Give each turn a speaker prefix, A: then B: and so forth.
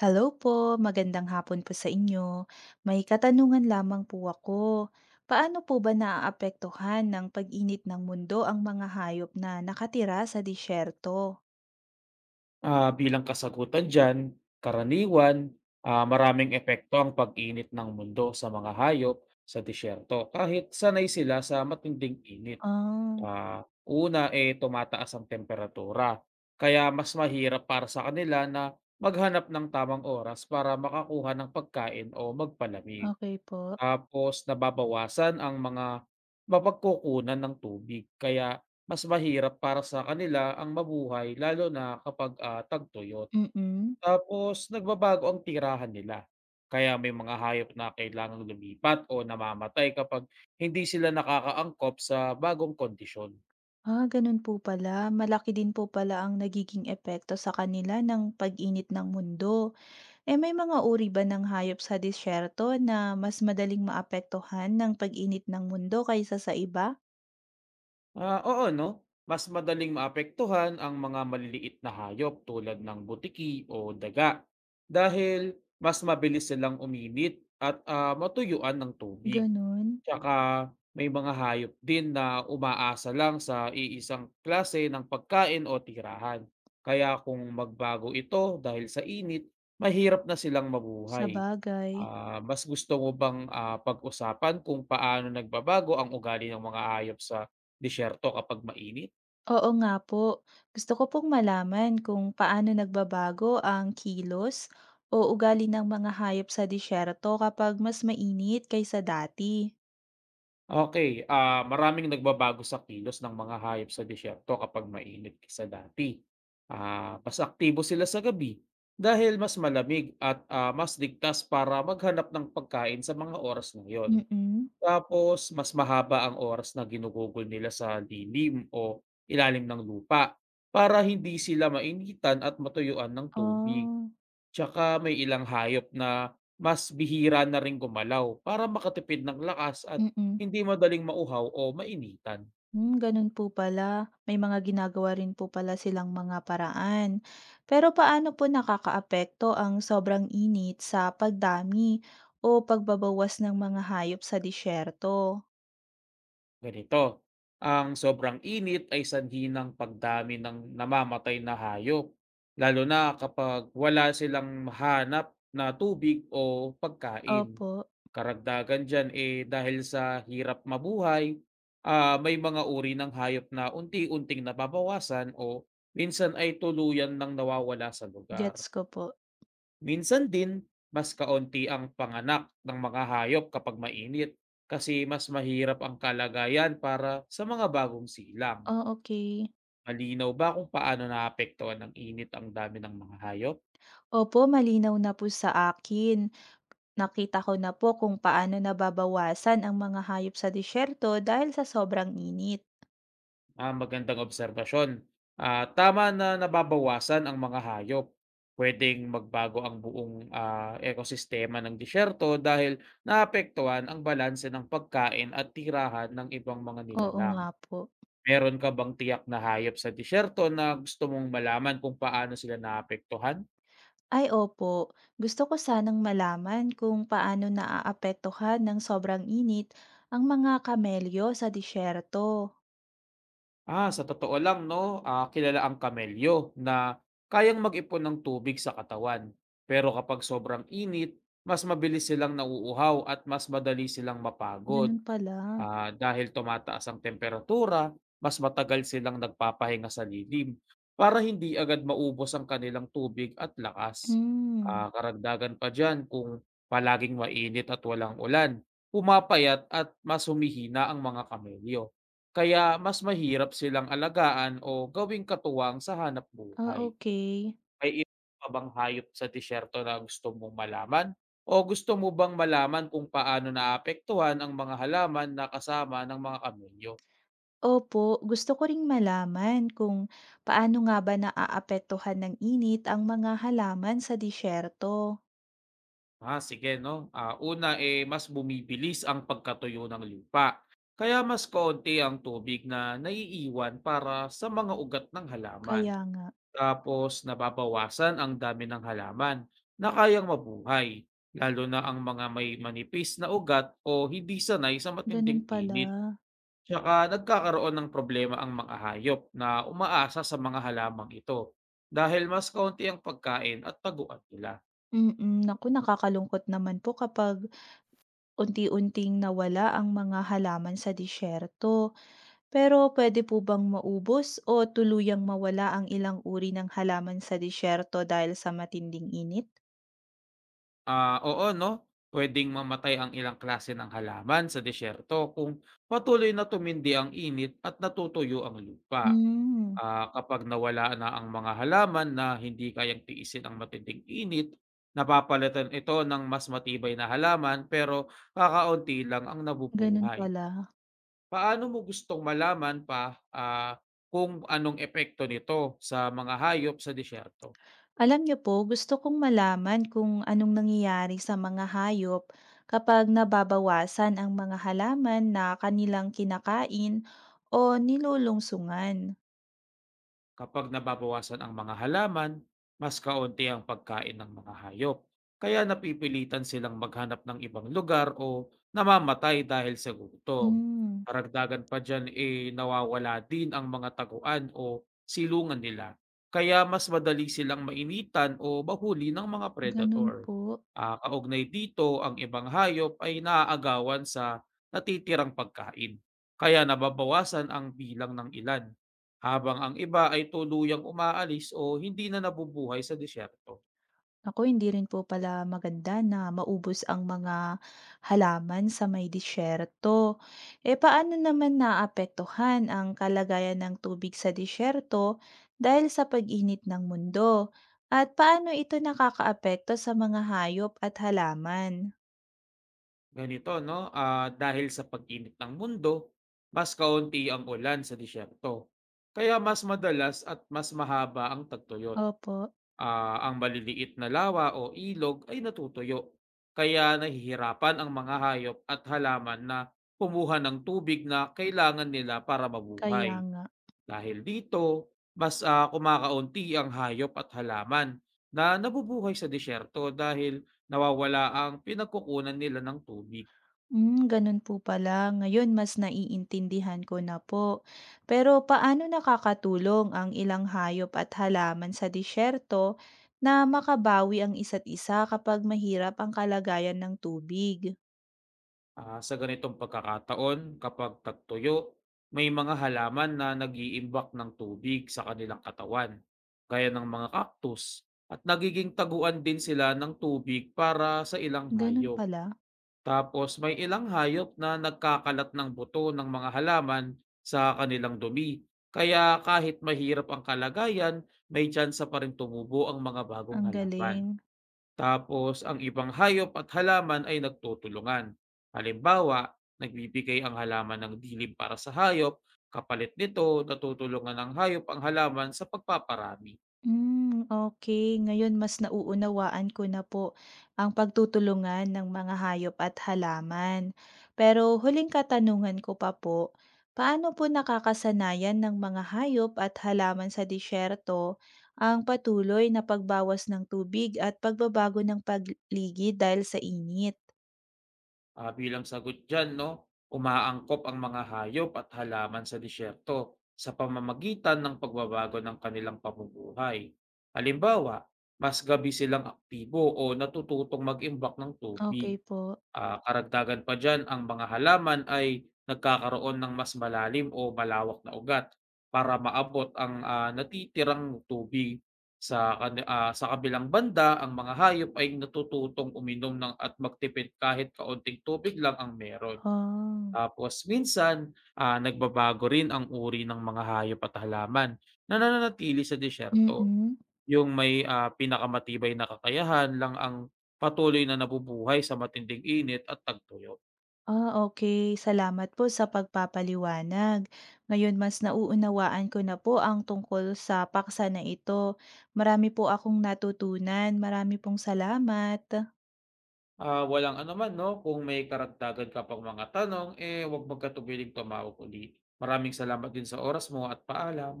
A: Hello po, magandang hapon po sa inyo. May katanungan lamang po ako. Paano po ba naaapektuhan ng pag-init ng mundo ang mga hayop na nakatira sa disyerto?
B: Bilang kasagutan diyan, karaniwan, maraming epekto ang pag-init ng mundo sa mga hayop sa disyerto kahit sanay sila sa matinding init. Mm.
A: Ah,
B: Una, tumataas ang temperatura kaya mas mahirap para sa kanila na maghanap ng tamang oras para makakuha ng pagkain o magpalamig.
A: okay po.
B: Tapos nababawasan ang mga mapagkukunan ng tubig kaya mas mahirap para sa kanila ang mabuhay lalo na kapag tagtuyot.
A: Mm.
B: Tapos nagbabago ang tirahan nila, kaya may mga hayop na kailangang lumipat o namamatay kapag hindi sila nakakaangkop sa bagong kondisyon.
A: Ah, ganun po pala. Malaki din po pala ang nagiging epekto sa kanila ng pag-init ng mundo. Eh, may mga uri ba ng hayop sa disyerto na mas madaling maapektuhan ng pag-init ng mundo kaysa sa iba?
B: Oo 'no, mas madaling maapektuhan ang mga maliliit na hayop tulad ng butiki o daga dahil mas mabilis silang uminit at matuyuan ng tubig.
A: Ganun,
B: Tsaka may mga hayop din na umaasa lang sa iisang klase ng pagkain o tirahan. Kaya kung magbago ito dahil sa init, mahirap na silang
A: sa
B: mabuhay.
A: bagay.
B: Mas gusto mo bang pag-usapan kung paano nagbabago ang ugali ng mga hayop sa disyerto kapag mainit?
A: Oo nga po. Gusto ko pong malaman kung paano nagbabago ang kilos o ugali ng mga hayop sa disyerto kapag mas mainit kaysa dati.
B: Okay, maraming nagbabago sa kilos ng mga hayop sa disyerto kapag mainit kaysa dati. Mas aktibo sila sa gabi dahil mas malamig at mas ligtas para maghanap ng pagkain sa mga oras na 'yon.
A: Mm-mm.
B: Tapos mas mahaba ang oras na ginugugol nila sa lilim o ilalim ng lupa para hindi sila mainitan at matuyuan ng tubig.
A: Oh,
B: Tsaka may ilang hayop na mas bihira na ring gumalaw para makatipid ng lakas at
A: mm-mm.
B: hindi madaling mauhaw o mainitan.
A: Hmm, ganun po pala. May mga ginagawa rin po pala silang mga paraan. Pero paano po nakakaapekto ang sobrang init sa pagdami o pagbabawas ng mga hayop sa disyerto?
B: Ganito, ang sobrang init ay sanhi ng pagdami ng namamatay na hayop, lalo na kapag wala silang mahanap na tubig o pagkain.
A: Opo,
B: Karagdagan dyan eh dahil sa hirap mabuhay, may mga uri ng hayop na unti-unting nababawasan o minsan ay tuluyan ng nawawala sa lugar.
A: gets ko po.
B: Minsan din, mas kaunti ang panganak ng mga hayop kapag mainit kasi mas mahirap ang kalagayan para sa mga bagong silang.
A: Oh, okay.
B: Malinaw ba kung paano naapektuhan ng init ang dami ng mga hayop?
A: Opo, malinaw na po sa akin. Nakita ko na po kung paano nababawasan ang mga hayop sa disyerto dahil sa sobrang init.
B: Magandang obserbasyon. Tama na nababawasan ang mga hayop. Pwedeng magbago ang buong ekosistema ng disyerto dahil naapektuhan ang balanse ng pagkain at tirahan ng ibang mga
A: Oo nga
B: nilalang.
A: po.
B: Meron ka bang tiyak na hayop sa disyerto na gusto mong malaman kung paano sila naapektuhan?
A: Ay opo, gusto ko sanang malaman kung paano naaapektuhan ng sobrang init ang mga kamelyo sa disyerto.
B: Sa totoo lang 'no, kilala ang kamelyo na kayang mag-ipon ng tubig sa katawan. Pero kapag sobrang init, mas mabilis silang nauuhaw at mas madali silang mapagod.
A: Ganun pala.
B: Dahil tumataas ang temperatura, mas matagal silang nagpapahinga sa lilim para hindi agad maubos ang kanilang tubig at lakas.
A: Hmm.
B: Karagdagan pa diyan kung palaging mainit at walang ulan, pumapayat at mas humihina ang mga kamelyo. Kaya mas mahirap silang alagaan o gawing katuwang sa
A: Ah,
B: hanapbuhay.
A: okay.
B: May iba pa bang hayop sa disyerto na gusto mong malaman? O gusto mo bang malaman kung paano naapektuhan ang mga halaman na kasama ng mga kamelyo?
A: Opo, gusto ko ring malaman kung paano nga ba naaapektuhan ng init ang mga halaman sa disyerto.
B: Sige no. Una eh mas bumibilis ang pagkatuyo ng lupa. Kaya mas kaunti ang tubig na naiiwan para sa mga ugat ng halaman.
A: Kaya nga,
B: Tapos nababawasan ang dami ng halaman na kayang mabuhay, lalo na ang mga may manipis na ugat o hindi sanay sa
A: ganun
B: matinding
A: pala.
B: init. Tsaka nagkakaroon ng problema ang mga hayop na umaasa sa mga halamang ito dahil mas kaunti ang pagkain at taguan nila.
A: Mm, naku nakakalungkot naman po kapag unti-unting nawala ang mga halaman sa disyerto. Pero pwede po bang maubos o tuluyang mawala ang ilang uri ng halaman sa disyerto dahil sa matinding init?
B: Oo no, pwedeng mamatay ang ilang klase ng halaman sa disyerto kung patuloy na tumindi ang init at natutuyo ang lupa.
A: Hmm,
B: Kapag nawala na ang mga halaman na hindi kayang tiisin ang matinding init, napapalitan ito ng mas matibay na halaman pero kakaunti lang ang
A: ganun
B: nabubuhay.
A: pala.
B: Paano mo gustong malaman pa, kung anong epekto nito sa mga hayop sa disyerto?
A: Alam niyo po, gusto kong malaman kung anong nangyayari sa mga hayop kapag nababawasan ang mga halaman na kanilang kinakain o nilulungsungan.
B: Kapag nababawasan ang mga halaman, mas kaunti ang pagkain ng mga hayop. Kaya napipilitan silang maghanap ng ibang lugar o namamatay dahil sa gutom.
A: Hmm,
B: Karagdagan pa dyan eh nawawala din ang mga taguan o silungan nila. Kaya mas madali silang mainitan o bahuli ng mga
A: ganun
B: predator.
A: po.
B: Kaugnay dito, ang ibang hayop ay naaagawan sa natitirang pagkain. Kaya nababawasan ang bilang ng ilan. Habang ang iba ay tuluyang umaalis o hindi na nabubuhay sa disyerto.
A: Naku, hindi rin po pala maganda na maubos ang mga halaman sa may disyerto. Eh, paano naman naapektuhan ang kalagayan ng tubig sa disyerto dahil sa pag-init ng mundo? At paano ito nakakaapekto sa mga hayop at halaman?
B: Ganito 'no, dahil sa pag-init ng mundo, mas kaunti ang ulan sa disyerto. Kaya mas madalas at mas mahaba ang tagtuyot.
A: Opo,
B: Ang maliliit na lawa o ilog ay natutuyo, kaya nahihirapan ang mga hayop at halaman na pumuha ng tubig na kailangan nila para
A: kaya
B: mabuhay.
A: nga.
B: Dahil dito, mas kumakaunti ang hayop at halaman na nabubuhay sa disyerto dahil nawawala ang pinagkukunan nila ng tubig.
A: Hmm, ganun po pala. Ngayon mas naiintindihan ko na po. Pero paano nakakatulong ang ilang hayop at halaman sa disyerto na makabawi ang isa't isa kapag mahirap ang kalagayan ng tubig?
B: Sa ganitong pagkakataon, kapag tagtuyo, may mga halaman na nag-iimbak ng tubig sa kanilang katawan, gaya ng mga cactus, at nagiging taguan din sila ng tubig para sa ilang
A: Ganun
B: hayop.
A: pala.
B: Tapos may ilang hayop na nagkakalat ng buto ng mga halaman sa kanilang dumi. Kaya kahit mahirap ang kalagayan, may tsansa pa rin tumubo ang mga bagong
A: Ang
B: halaman.
A: galing.
B: Tapos ang ibang hayop at halaman ay nagtutulungan. Halimbawa, nagbibigay ang halaman ng dilim para sa hayop, kapalit nito natutulungan ng hayop ang halaman sa pagpaparami.
A: Hmm, okay. Ngayon mas nauunawaan ko na po ang pagtutulungan ng mga hayop at halaman. Pero huling katanungan ko pa po, paano po nakakasanayan ng mga hayop at halaman sa disyerto ang patuloy na pagbawas ng tubig at pagbabago ng paligid dahil sa init?
B: Bilang sagot diyan 'no, umaangkop ang mga hayop at halaman sa disyerto sa pamamagitan ng pagbabago ng kanilang pamumuhay. Halimbawa, mas gabi silang aktibo o natututong mag-imbak ng tubig.
A: Okay po.
B: Karagdagan pa diyan ang mga halaman ay nagkakaroon ng mas malalim o malawak na ugat para maabot ang natitirang tubig. Sa kabilang banda, ang mga hayop ay natututong uminom ng at magtipid kahit kaunting tubig lang ang meron.
A: Ah,
B: Tapos minsan, nagbabago rin ang uri ng mga hayop at halaman na nananatili sa disyerto.
A: mm.
B: Yung may pinakamatibay na kakayahan lang ang patuloy na nabubuhay sa matinding init at tagtuyot.
A: Ah, okay, salamat po sa pagpapaliwanag. Ngayon mas nauunawaan ko na po ang tungkol sa paksa na ito. Marami po akong natutunan. Marami pong salamat.
B: Walang anuman 'no, kung may karagdagan ka pang mga tanong, huwag magkatubiling tumawag uli. Maraming salamat din sa oras mo at paalam.